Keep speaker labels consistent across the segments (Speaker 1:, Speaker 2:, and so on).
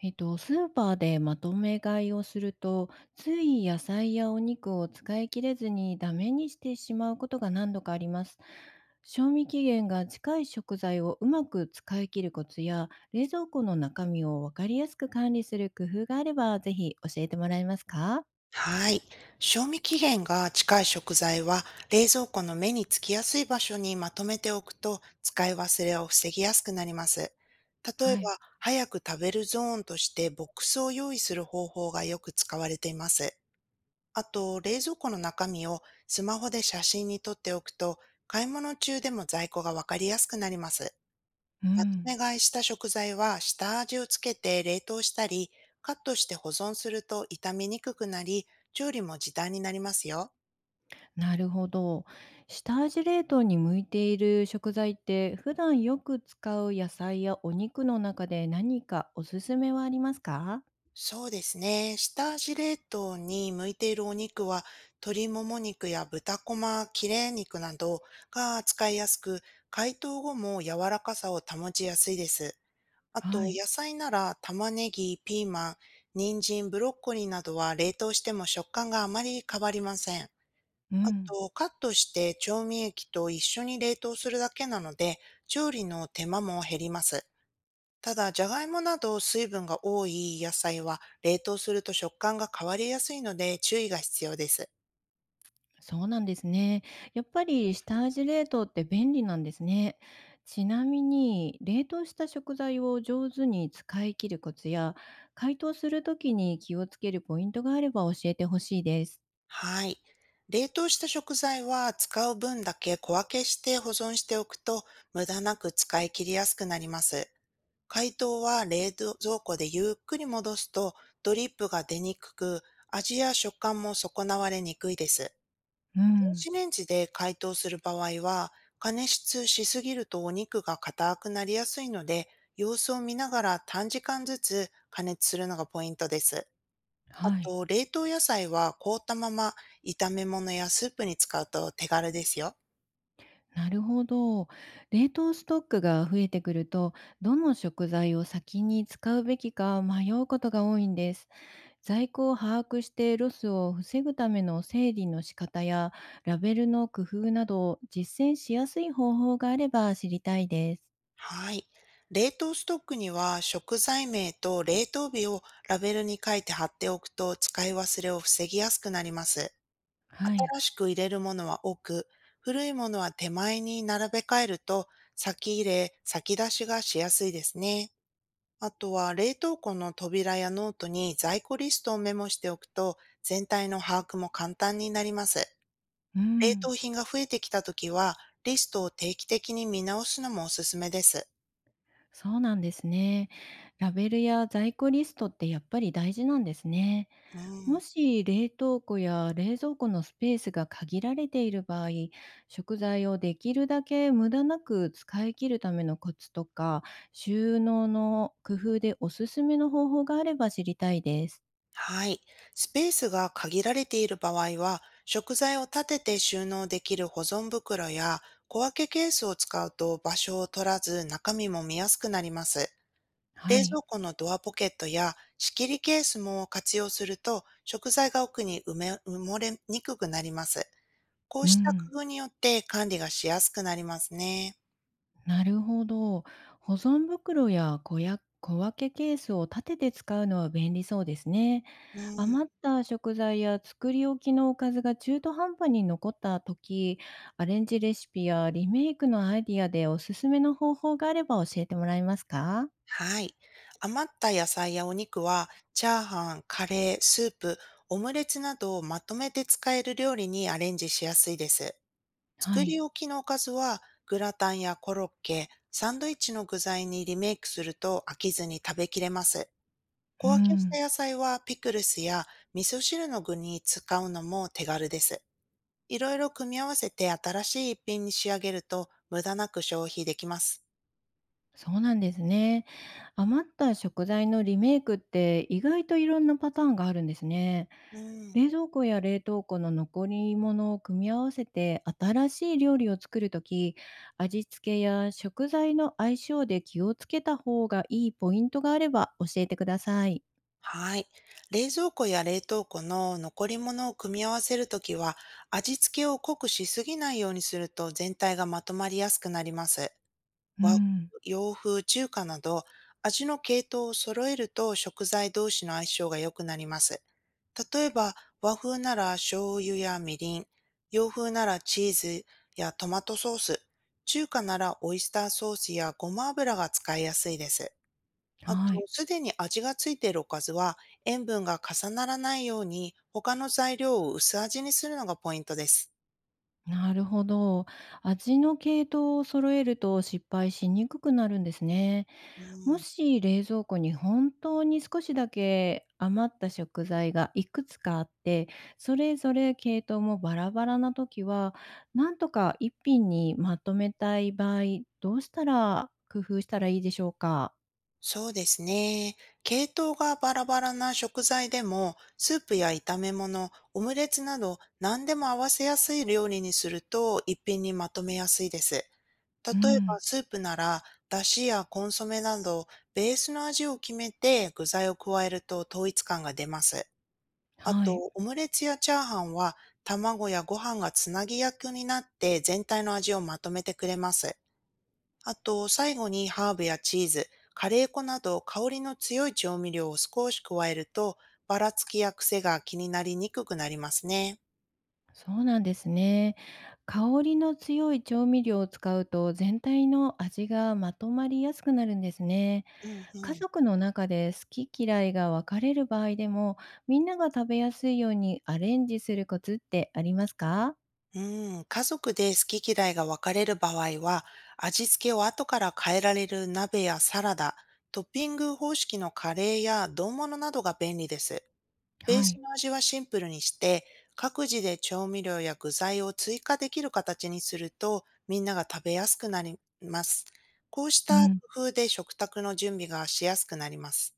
Speaker 1: スーパーでまとめ買いをすると、つい野菜やお肉を使い切れずにダメにしてしまうことが何度かあります。賞味期限が近い食材をうまく使い切るコツや、冷蔵庫の中身を分かりやすく管理する工夫があれば、ぜひ教えてもらえますか？
Speaker 2: はい。賞味期限が近い食材は冷蔵庫の目につきやすい場所にまとめておくと使い忘れを防ぎやすくなります。例えば、
Speaker 1: はい。
Speaker 2: 早く食べるゾーンとしてボックスを用意する方法がよく使われています。あと、冷蔵庫の中身をスマホで写真に撮っておくと、買い物中でも在庫がわかりやすくなります。
Speaker 1: う
Speaker 2: まと
Speaker 1: ん、
Speaker 2: め買いした食材は下味をつけて冷凍したり、カットして保存すると傷みにくくなり、調理も時短になりますよ。
Speaker 1: なるほど。下味冷凍に向いている食材って、普段よく使う野菜やお肉の中で何かおすすめはありますか？
Speaker 2: そうですね。下味冷凍に向いているお肉は、鶏もも肉や豚こま、切れ肉などが使いやすく、解凍後も柔らかさを保ちやすいです。あ
Speaker 1: は
Speaker 2: と、
Speaker 1: い。
Speaker 2: 野菜なら玉ねぎ、ピーマン、人参、ブロッコリーなどは冷凍しても食感があまり変わりません。
Speaker 1: う
Speaker 2: あ
Speaker 1: ん。
Speaker 2: と、カットして調味液と一緒に冷凍するだけなので、調理の手間も減ります。ただ、じゃがいもなど水分が多い野菜は冷凍すると食感が変わりやすいので注意が必要です。
Speaker 1: そうなんですね。やっぱり下味冷凍って便利なんですね。ちなみに、冷凍した食材を上手に使い切るコツや、解凍するときに気をつけるポイントがあれば教えてほしいです。
Speaker 2: はい。冷凍した食材は使う分だけ小分けして保存しておくと無駄なく使い切りやすくなります。解凍は冷蔵庫でゆっくり戻すとドリップが出にくく、味や食感も損なわれにくいです。
Speaker 1: う
Speaker 2: 電
Speaker 1: ん。
Speaker 2: 子レンジで解凍する場合は、加熱しすぎるとお肉が硬くなりやすいので、様子を見ながら短時間ずつ加熱するのがポイントです。あ
Speaker 1: はい。
Speaker 2: と、冷凍野菜は凍ったまま炒め物やスープに使うと手軽ですよ。
Speaker 1: なるほど。冷凍ストックが増えてくると、どの食材を先に使うべきか迷うことが多いんです。在庫を把握してロスを防ぐための整理の仕方やラベルの工夫など実践しやすい方法があれば知りたいです。
Speaker 2: はい。冷凍ストックには食材名と冷凍日をラベルに書いて貼っておくと使い忘れを防ぎやすくなります。
Speaker 1: はい。
Speaker 2: 新しく入れるものは奥、古いものは手前に並べ替えると、先入れ、先出しがしやすいですね。あとは冷凍庫の扉やノートに在庫リストをメモしておくと、全体の把握も簡単になります。
Speaker 1: う
Speaker 2: 冷
Speaker 1: ん。
Speaker 2: 凍品が増えてきたときは、リストを定期的に見直すのもおすすめです。
Speaker 1: そうなんですね。ラベルや在庫リストってやっぱり大事なんですね。
Speaker 2: う
Speaker 1: も
Speaker 2: ん。
Speaker 1: し冷凍庫や冷蔵庫のスペースが限られている場合、食材をできるだけ無駄なく使い切るためのコツとか、収納の工夫でおすすめの方法があれば知りたいです。
Speaker 2: はい。スペースが限られている場合は、食材を立てて収納できる保存袋や小分けケースを使うと場所を取らず中身も見やすくなります。
Speaker 1: は
Speaker 2: 冷
Speaker 1: い。
Speaker 2: 蔵庫のドアポケットや仕切りケースも活用すると食材が奥に埋め埋もれにくくなります。こ
Speaker 1: う
Speaker 2: うした
Speaker 1: ん。
Speaker 2: 工夫によって管理がしやすくなりますね。
Speaker 1: なるほど。保存袋や小分けケースを立てて使うのは便利そうですね。
Speaker 2: うん。
Speaker 1: 余った食材や作り置きのおかずが中途半端に残った時、アレンジレシピやリメイクのアイディアでおすすめの方法があれば教えてもらえますか？
Speaker 2: はい。余った野菜やお肉は、チャーハン、カレー、スープ、オムレツなどをまとめて使える料理にアレンジしやすいです。
Speaker 1: は
Speaker 2: 作
Speaker 1: い。
Speaker 2: り置きのおかずは、グラタンやコロッケ、サンドイッチの具材にリメイクすると飽きずに食べきれます。
Speaker 1: う
Speaker 2: 小分けし
Speaker 1: ん。
Speaker 2: た野菜はピクルスや味噌汁の具に使うのも手軽です。いろいろ組み合わせて新しい一品に仕上げると無駄なく消費できます。
Speaker 1: そうなんですね。余った食材のリメイクって意外といろんなパターンがあるんですね。
Speaker 2: うん。
Speaker 1: 冷蔵庫や冷凍庫の残り物を組み合わせて新しい料理を作るとき、味付けや食材の相性で気をつけた方がいいポイントがあれば教えてください。
Speaker 2: はい。冷蔵庫や冷凍庫の残り物を組み合わせるときは、味付けを濃くしすぎないようにすると全体がまとまりやすくなります。
Speaker 1: う
Speaker 2: 和
Speaker 1: ん、
Speaker 2: 洋風、中華など、味の系統を揃えると食材同士の相性が良くなります。例えば、和風なら醤油やみりん、洋風ならチーズやトマトソース、中華ならオイスターソースやごま油が使いやすいです。あと、
Speaker 1: はい。
Speaker 2: すでに味がついているおかずは、塩分が重ならないように、他の材料を薄味にするのがポイントです。
Speaker 1: なるほど。味の系統を揃えると失敗しにくくなるんですね。
Speaker 2: う
Speaker 1: も
Speaker 2: ん、
Speaker 1: し冷蔵庫に本当に少しだけ余った食材がいくつかあって、それぞれ系統もバラバラな時は、なんとか一品にまとめたい場合、どうしたら工夫したらいいでしょうか？
Speaker 2: そうですね。系統がバラバラな食材でも、スープや炒め物、オムレツなど、何でも合わせやすい料理にすると、一品にまとめやすいです。
Speaker 1: う
Speaker 2: 例えば、
Speaker 1: ん、
Speaker 2: スープなら、だしやコンソメなど、ベースの味を決めて具材を加えると統一感が出ます。あ
Speaker 1: はい、
Speaker 2: と、オムレツやチャーハンは、卵やご飯がつなぎ役になって全体の味をまとめてくれます。あと、最後にハーブやチーズ、カレー粉など香りの強い調味料を少し加えると、ばらつきや癖が気になりにくくなりますね。
Speaker 1: そうなんですね。香りの強い調味料を使うと、全体の味がまとまりやすくなるんですね。
Speaker 2: うんう
Speaker 1: 家
Speaker 2: ん。
Speaker 1: 族の中で好き嫌いが分かれる場合でも、みんなが食べやすいようにアレンジするコツってありますか？
Speaker 2: うん、家族で好き嫌いが分かれる場合は、味付けを後から変えられる鍋やサラダ、トッピング方式のカレーや丼物などが便利です。ベー
Speaker 1: は
Speaker 2: ス
Speaker 1: い。
Speaker 2: の味はシンプルにして、各自で調味料や具材を追加できる形にすると、みんなが食べやすくなります。こうし
Speaker 1: う
Speaker 2: た
Speaker 1: ん
Speaker 2: 工夫で食卓の準備がしやすくなります。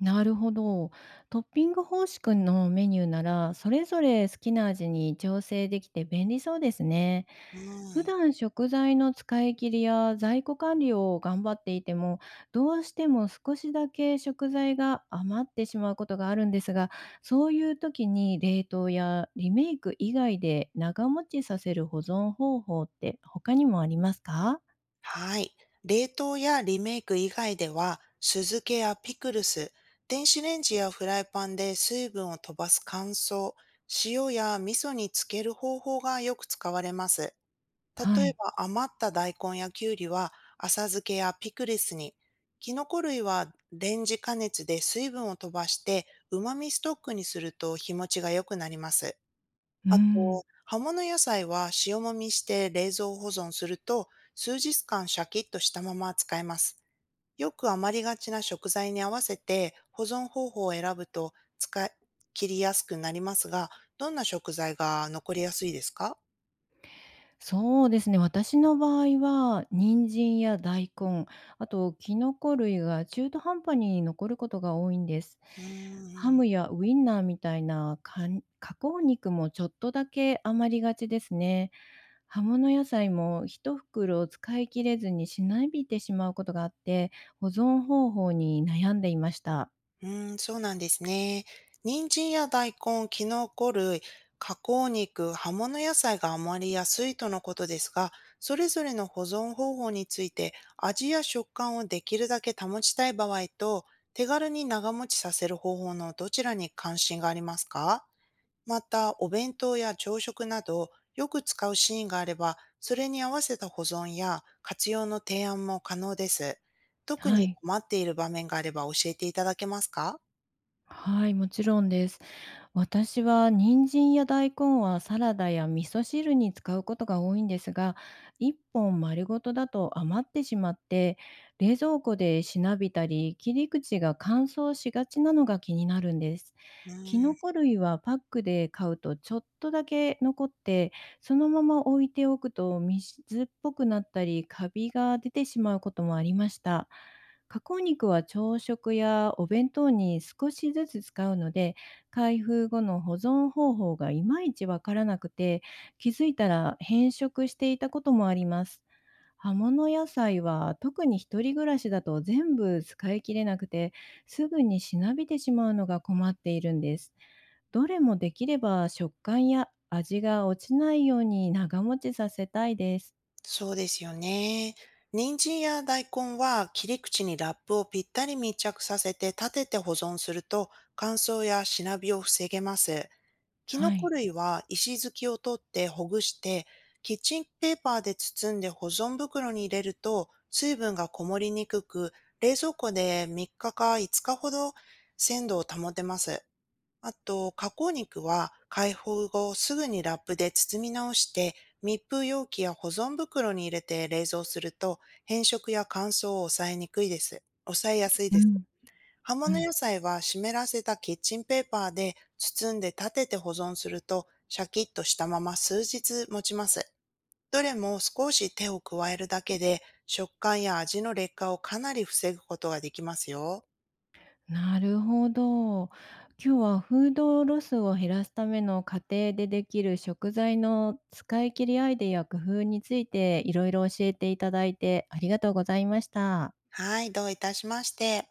Speaker 1: なるほど。トッピング方式のメニューなら、それぞれ好きな味に調整できて便利そうですね。
Speaker 2: う
Speaker 1: 普
Speaker 2: ん。
Speaker 1: 段食材の使い切りや在庫管理を頑張っていても、どうしても少しだけ食材が余ってしまうことがあるんですが、そういう時に冷凍やリメイク以外で長持ちさせる保存方法って他にもありますか？
Speaker 2: はい。冷凍やリメイク以外では、酢漬けやピクルス、電子レンジやフライパンで水分を飛ばす乾燥、塩や味噌につける方法がよく使われます。
Speaker 1: は
Speaker 2: 例え
Speaker 1: い。
Speaker 2: ば余った大根やきゅうりは浅漬けやピクルスに、キノコ類はレンジ加熱で水分を飛ばして旨味ストックにすると日持ちが良くなります。
Speaker 1: う
Speaker 2: あ
Speaker 1: ん。
Speaker 2: と、葉物野菜は塩もみして冷蔵保存すると数日間シャキッとしたまま使えます。よく余りがちな食材に合わせて保存方法を選ぶと使い切りやすくなりますが、どんな食材が残りやすいですか？
Speaker 1: そうですね、私の場合は、人参や大根、あとキノコ類が中途半端に残ることが多いんです。
Speaker 2: うー
Speaker 1: ハ
Speaker 2: ん、
Speaker 1: ムやウインナーみたいな加工肉もちょっとだけ余りがちですね。葉物野菜も一袋を使い切れずにしなびてしまうことがあって、保存方法に悩んでいました。
Speaker 2: そうなんですね。人参や大根、キノコ類、加工肉、葉物野菜が余り安いとのことですが、それぞれの保存方法について味や食感をできるだけ保ちたい場合と、手軽に長持ちさせる方法のどちらに関心がありますか？また、お弁当や朝食など、よく使うシーンがあれば、それに合わせた保存や活用の提案も可能です。特
Speaker 1: は
Speaker 2: に
Speaker 1: い。
Speaker 2: 困っている場面があれば教えていただけますか？
Speaker 1: はい、もちろんです。私は人参や大根はサラダや味噌汁に使うことが多いんですが、一本丸ごとだと余ってしまって、冷蔵庫でしなびたり、切り口が乾燥しがちなのが気になるんです。
Speaker 2: う
Speaker 1: キ
Speaker 2: ー
Speaker 1: ノ
Speaker 2: ん
Speaker 1: コ類はパックで買うとちょっとだけ残って、そのまま置いておくと水っぽくなったり、カビが出てしまうこともありました。加工肉は朝食やお弁当に少しずつ使うので、開封後の保存方法がいまいちわからなくて、気づいたら変色していたこともあります。葉物野菜は特に一人暮らしだと全部使い切れなくて、すぐにしなびてしまうのが困っているんです。どれもできれば食感や味が落ちないように長持ちさせたいです。
Speaker 2: そうですよね。人参や大根は切り口にラップをぴったり密着させて立てて保存すると乾燥やしなびを防げます。キノ
Speaker 1: は
Speaker 2: コ
Speaker 1: い。
Speaker 2: 類は石突きを取ってほぐしてキッチンペーパーで包んで保存袋に入れると水分がこもりにくく冷蔵庫で3日か5日ほど鮮度を保てます。あと、加工肉は解放後すぐにラップで包み直して密封容器や保存袋に入れて冷蔵すると変色や乾燥を抑えにくいです。抑えやすい
Speaker 1: う
Speaker 2: です。
Speaker 1: ん。
Speaker 2: 葉
Speaker 1: う
Speaker 2: 物野
Speaker 1: ん。
Speaker 2: 菜は湿らせたキッチンペーパーで包んで立てて保存するとシャキッとしたまま数日持ちます。どれも少し手を加えるだけで食感や味の劣化をかなり防ぐことができますよ。
Speaker 1: なるほど。今日はフードロスを減らすための家庭でできる食材の使い切りアイデアや工夫についていろいろ教えていただいてありがとうございました。
Speaker 2: はい、どういたしまして。